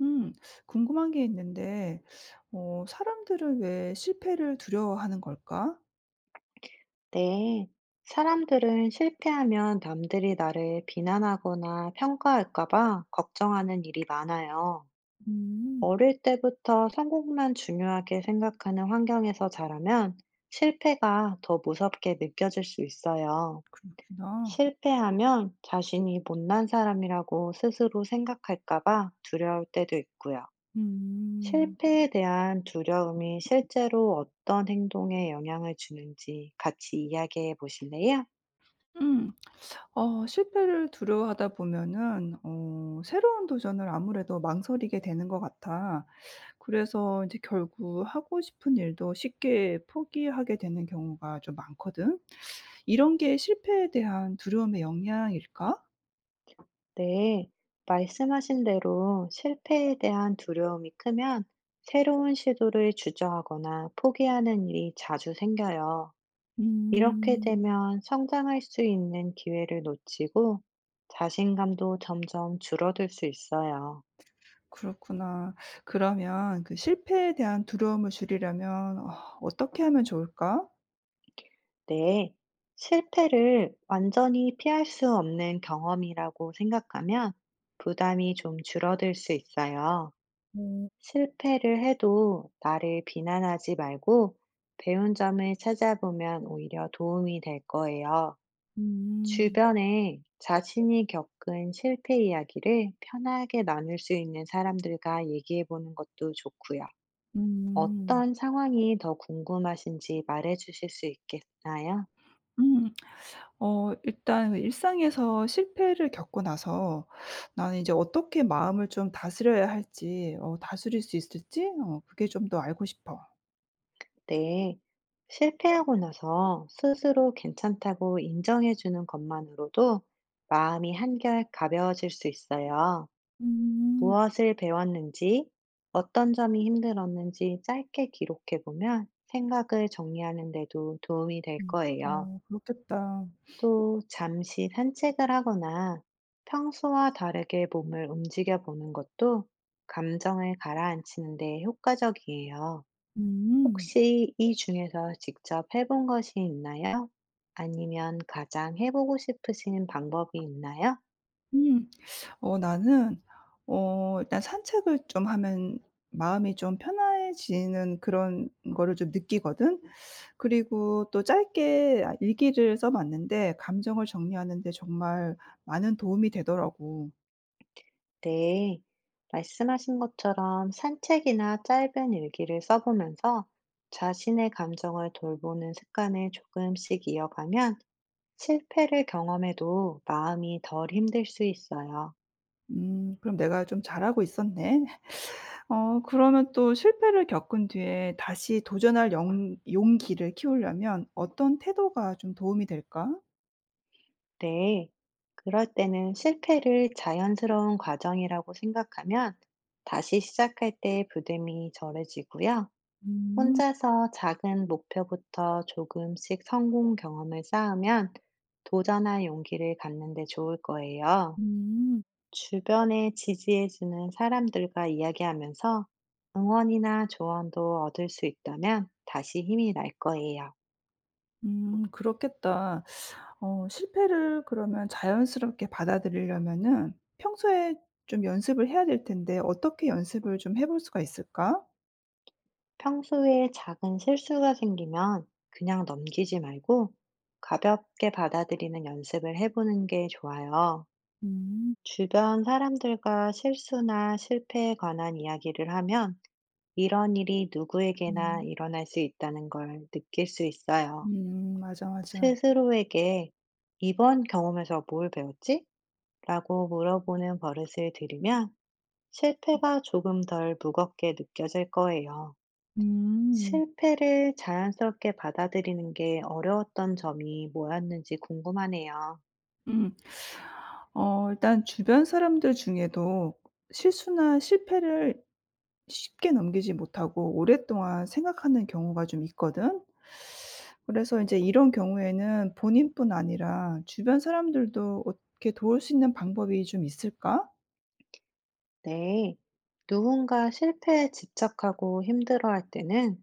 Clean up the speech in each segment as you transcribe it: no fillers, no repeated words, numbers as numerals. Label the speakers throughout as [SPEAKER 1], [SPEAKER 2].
[SPEAKER 1] 음, 궁금한 게 있는데, 사람들은 왜 실패를 두려워하는 걸까?
[SPEAKER 2] 네, 사람들은 실패하면 남들이 나를 비난하거나 평가할까봐 걱정하는 일이 많아요.
[SPEAKER 1] 음,
[SPEAKER 2] 어릴 때부터 성공만 중요하게 생각하는 환경에서 자라면 실패가 더 무섭게 느껴질 수 있어요.
[SPEAKER 1] 그렇구나.
[SPEAKER 2] 실패하면 자신이 못난 사람이라고 스스로 생각할까봐 두려울 때도 있고요.
[SPEAKER 1] 음,
[SPEAKER 2] 실패에 대한 두려움이 실제로 어떤 행동에 영향을 주는지 같이 이야기해 보실래요?
[SPEAKER 1] 음, 실패를 두려워하다 보면은, 새로운 도전을 아무래도 망설이게 되는 것 같아. 그래서 이제 결국 하고 싶은 일도 쉽게 포기하게 되는 경우가 좀 많거든. 이런 게 실패에 대한 두려움의 영향일까?
[SPEAKER 2] 네, 말씀하신 대로 실패에 대한 두려움이 크면 새로운 시도를 주저하거나 포기하는 일이 자주 생겨요. 이렇게
[SPEAKER 1] 음.
[SPEAKER 2] 되면 성장할 수 있는 기회를 놓치고 자신감도 점점 줄어들 수 있어요.
[SPEAKER 1] 그렇구나. 그러면 그 실패에 대한 두려움을 줄이려면 어떻게 하면 좋을까?
[SPEAKER 2] 네, 실패를 완전히 피할 수 없는 경험이라고 생각하면 부담이 좀 줄어들 수 있어요.
[SPEAKER 1] 음.
[SPEAKER 2] 실패를 해도 나를 비난하지 말고 배운 점을 찾아보면 오히려 도움이 될 거예요.
[SPEAKER 1] 음.
[SPEAKER 2] 주변에 자신이 겪은 실패 이야기를 편하게 나눌 수 있는 사람들과 얘기해 보는 것도 좋고요.
[SPEAKER 1] 음.
[SPEAKER 2] 어떤 상황이 더 궁금하신지 말해 주실 수 있겠나요?
[SPEAKER 1] 음. 일단 그 일상에서 실패를 겪고 나서 나는 이제 어떻게 마음을 좀 다스려야 할지 다스릴 수 있을지 그게 좀 더 알고 싶어.
[SPEAKER 2] 네. 실패하고 나서 스스로 괜찮다고 인정해 주는 것만으로도 마음이 한결 가벼워질 수 있어요.
[SPEAKER 1] 음.
[SPEAKER 2] 무엇을 배웠는지, 어떤 점이 힘들었는지 짧게 기록해 보면 생각을 정리하는 데도 도움이 될
[SPEAKER 1] 음.
[SPEAKER 2] 거예요.
[SPEAKER 1] 그렇겠다.
[SPEAKER 2] 또 잠시 산책을 하거나 평소와 다르게 몸을 움직여 보는 것도 감정을 가라앉히는 데 효과적이에요.
[SPEAKER 1] 음.
[SPEAKER 2] 혹시 이 중에서 직접 해본 것이 있나요? 아니면 가장 해보고 싶으신 방법이 있나요?
[SPEAKER 1] 음. 나는 일단 산책을 좀 하면 마음이 좀 편해지는 그런 거를 좀 느끼거든. 그리고 또 짧게 일기를 써 봤는데 감정을 정리하는 데 정말 많은 도움이 되더라고.
[SPEAKER 2] 네, 말씀하신 것처럼 산책이나 짧은 일기를 써보면서 자신의 감정을 돌보는 습관을 조금씩 이어가면 실패를 경험해도 마음이 덜 힘들 수 있어요.
[SPEAKER 1] 그럼 '내가 좀 잘하고 있었네.' 그러면 또 실패를 겪은 뒤에 다시 도전할 영 용기를 키우려면 어떤 태도가 좀 도움이 될까?
[SPEAKER 2] 네, 그럴 때는 실패를 자연스러운 과정이라고 생각하면 다시 시작할 때 부담이 절해지고요.
[SPEAKER 1] 음.
[SPEAKER 2] 혼자서 작은 목표부터 조금씩 성공 경험을 쌓으면 도전할 용기를 갖는 데 좋을 거예요.
[SPEAKER 1] 음.
[SPEAKER 2] 주변에 지지해주는 사람들과 이야기하면서 응원이나 조언도 얻을 수 있다면 다시 힘이 날 거예요.
[SPEAKER 1] 그렇겠다. 실패를 그러면 자연스럽게 받아들이려면은 평소에 좀 연습을 해야 될 텐데 어떻게 연습을 좀 해볼 수가 있을까?
[SPEAKER 2] 평소에 작은 실수가 생기면 그냥 넘기지 말고 가볍게 받아들이는 연습을 해보는 게 좋아요.
[SPEAKER 1] 음.
[SPEAKER 2] 주변 사람들과 실수나 실패에 관한 이야기를 하면 이런 일이 누구에게나
[SPEAKER 1] 음.
[SPEAKER 2] 일어날 수 있다는 걸 느낄 수 있어요.
[SPEAKER 1] 맞아, 맞아.
[SPEAKER 2] 스스로에게 "이번 경험에서 뭘 배웠지?" 라고 물어보는 버릇을 들이면 실패가 조금 덜 무겁게 느껴질 거예요.
[SPEAKER 1] 음.
[SPEAKER 2] 실패를 자연스럽게 받아들이는 게 어려웠던 점이 뭐였는지 궁금하네요.
[SPEAKER 1] 음. 일단 주변 사람들 중에도 실수나 실패를 쉽게 넘기지 못하고 오랫동안 생각하는 경우가 좀 있거든. 그래서 이제 이런 경우에는 본인뿐 아니라 주변 사람들도 어떻게 도울 수 있는 방법이 좀 있을까?
[SPEAKER 2] 네. 누군가 실패에 집착하고 힘들어할 때는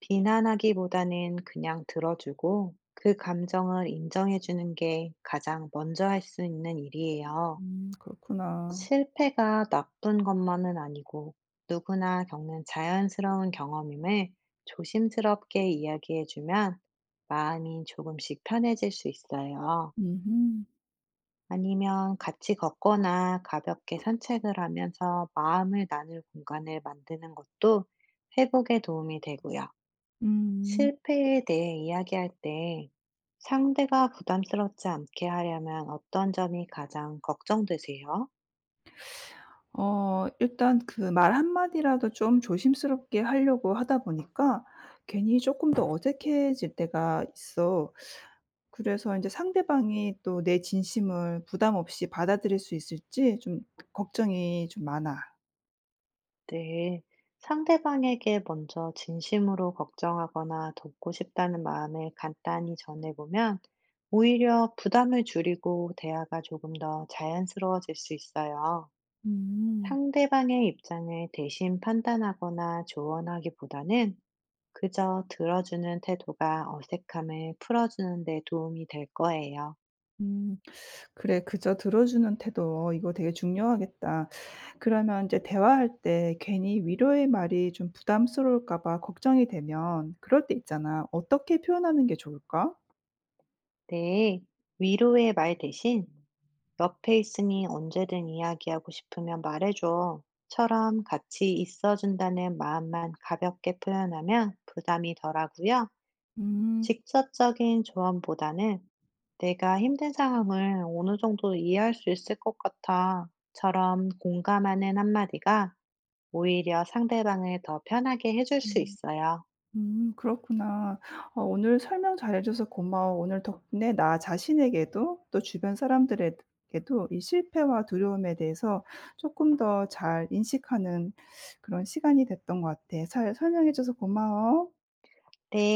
[SPEAKER 2] 비난하기보다는 그냥 들어주고 그 감정을 인정해 주는 게 가장 먼저 할 수 있는 일이에요.
[SPEAKER 1] 그렇구나.
[SPEAKER 2] 실패가 나쁜 것만은 아니고 누구나 겪는 자연스러운 경험임을 조심스럽게 이야기해 주면 마음이 조금씩 편해질 수 있어요.
[SPEAKER 1] 음음.
[SPEAKER 2] 아니면 같이 걷거나 가볍게 산책을 하면서 마음을 나눌 공간을 만드는 것도 회복에 도움이 되고요.
[SPEAKER 1] 음.
[SPEAKER 2] 실패에 대해 이야기할 때 상대가 부담스럽지 않게 하려면 어떤 점이 가장 걱정되세요?
[SPEAKER 1] 일단 그 말 한마디라도 좀 조심스럽게 하려고 하다 보니까 괜히 조금 더 어색해질 때가 있어. 그래서 인제 상대방이 또 내 진심을 부담 없이 받아들일 수 있을지 좀 걱정이 좀 많아.
[SPEAKER 2] 네. 상대방에게 먼저 진심으로 걱정하거나 돕고 싶다는 마음을 간단히 전해보면 오히려 부담을 줄이고 대화가 조금 더 자연스러워질 수 있어요.
[SPEAKER 1] 음.
[SPEAKER 2] 상대방의 입장을 대신 판단하거나 조언하기보다는 그저 들어주는 태도가 어색함을 풀어주는 데 도움이 될 거예요.
[SPEAKER 1] 음. 그래, 그저 들어주는 태도 이거 되게 중요하겠다. 그러면 인제 대화할 때 괜히 위로의 말이 좀 부담스러울까 봐 걱정이 되면 그럴 때 있잖아. 어떻게 표현하는 게 좋을까?
[SPEAKER 2] 네, 위로의 말 대신 "옆에 있으니 언제든 이야기하고 싶으면 말해줘. 처럼 같이 있어준다는 마음만 가볍게 표현하면 부담이 덜하고요.
[SPEAKER 1] 음.
[SPEAKER 2] 직접적인 조언보다는 "내가 힘든 상황을 어느 정도 이해할 수 있을 것 같아. 처럼 공감하는 한마디가 오히려 상대방을 더 편하게 해줄 수 있어요.
[SPEAKER 1] 그렇구나. 오늘 설명 잘해 줘서 고마워. 오늘 덕분에 나 자신에게도 또 주변 사람들에게도 이 실패와 두려움에 대해서 조금 더 잘 인식하는 그런 시간이 됐던 것 같아. 잘 설명해 줘서 고마워.
[SPEAKER 2] 네.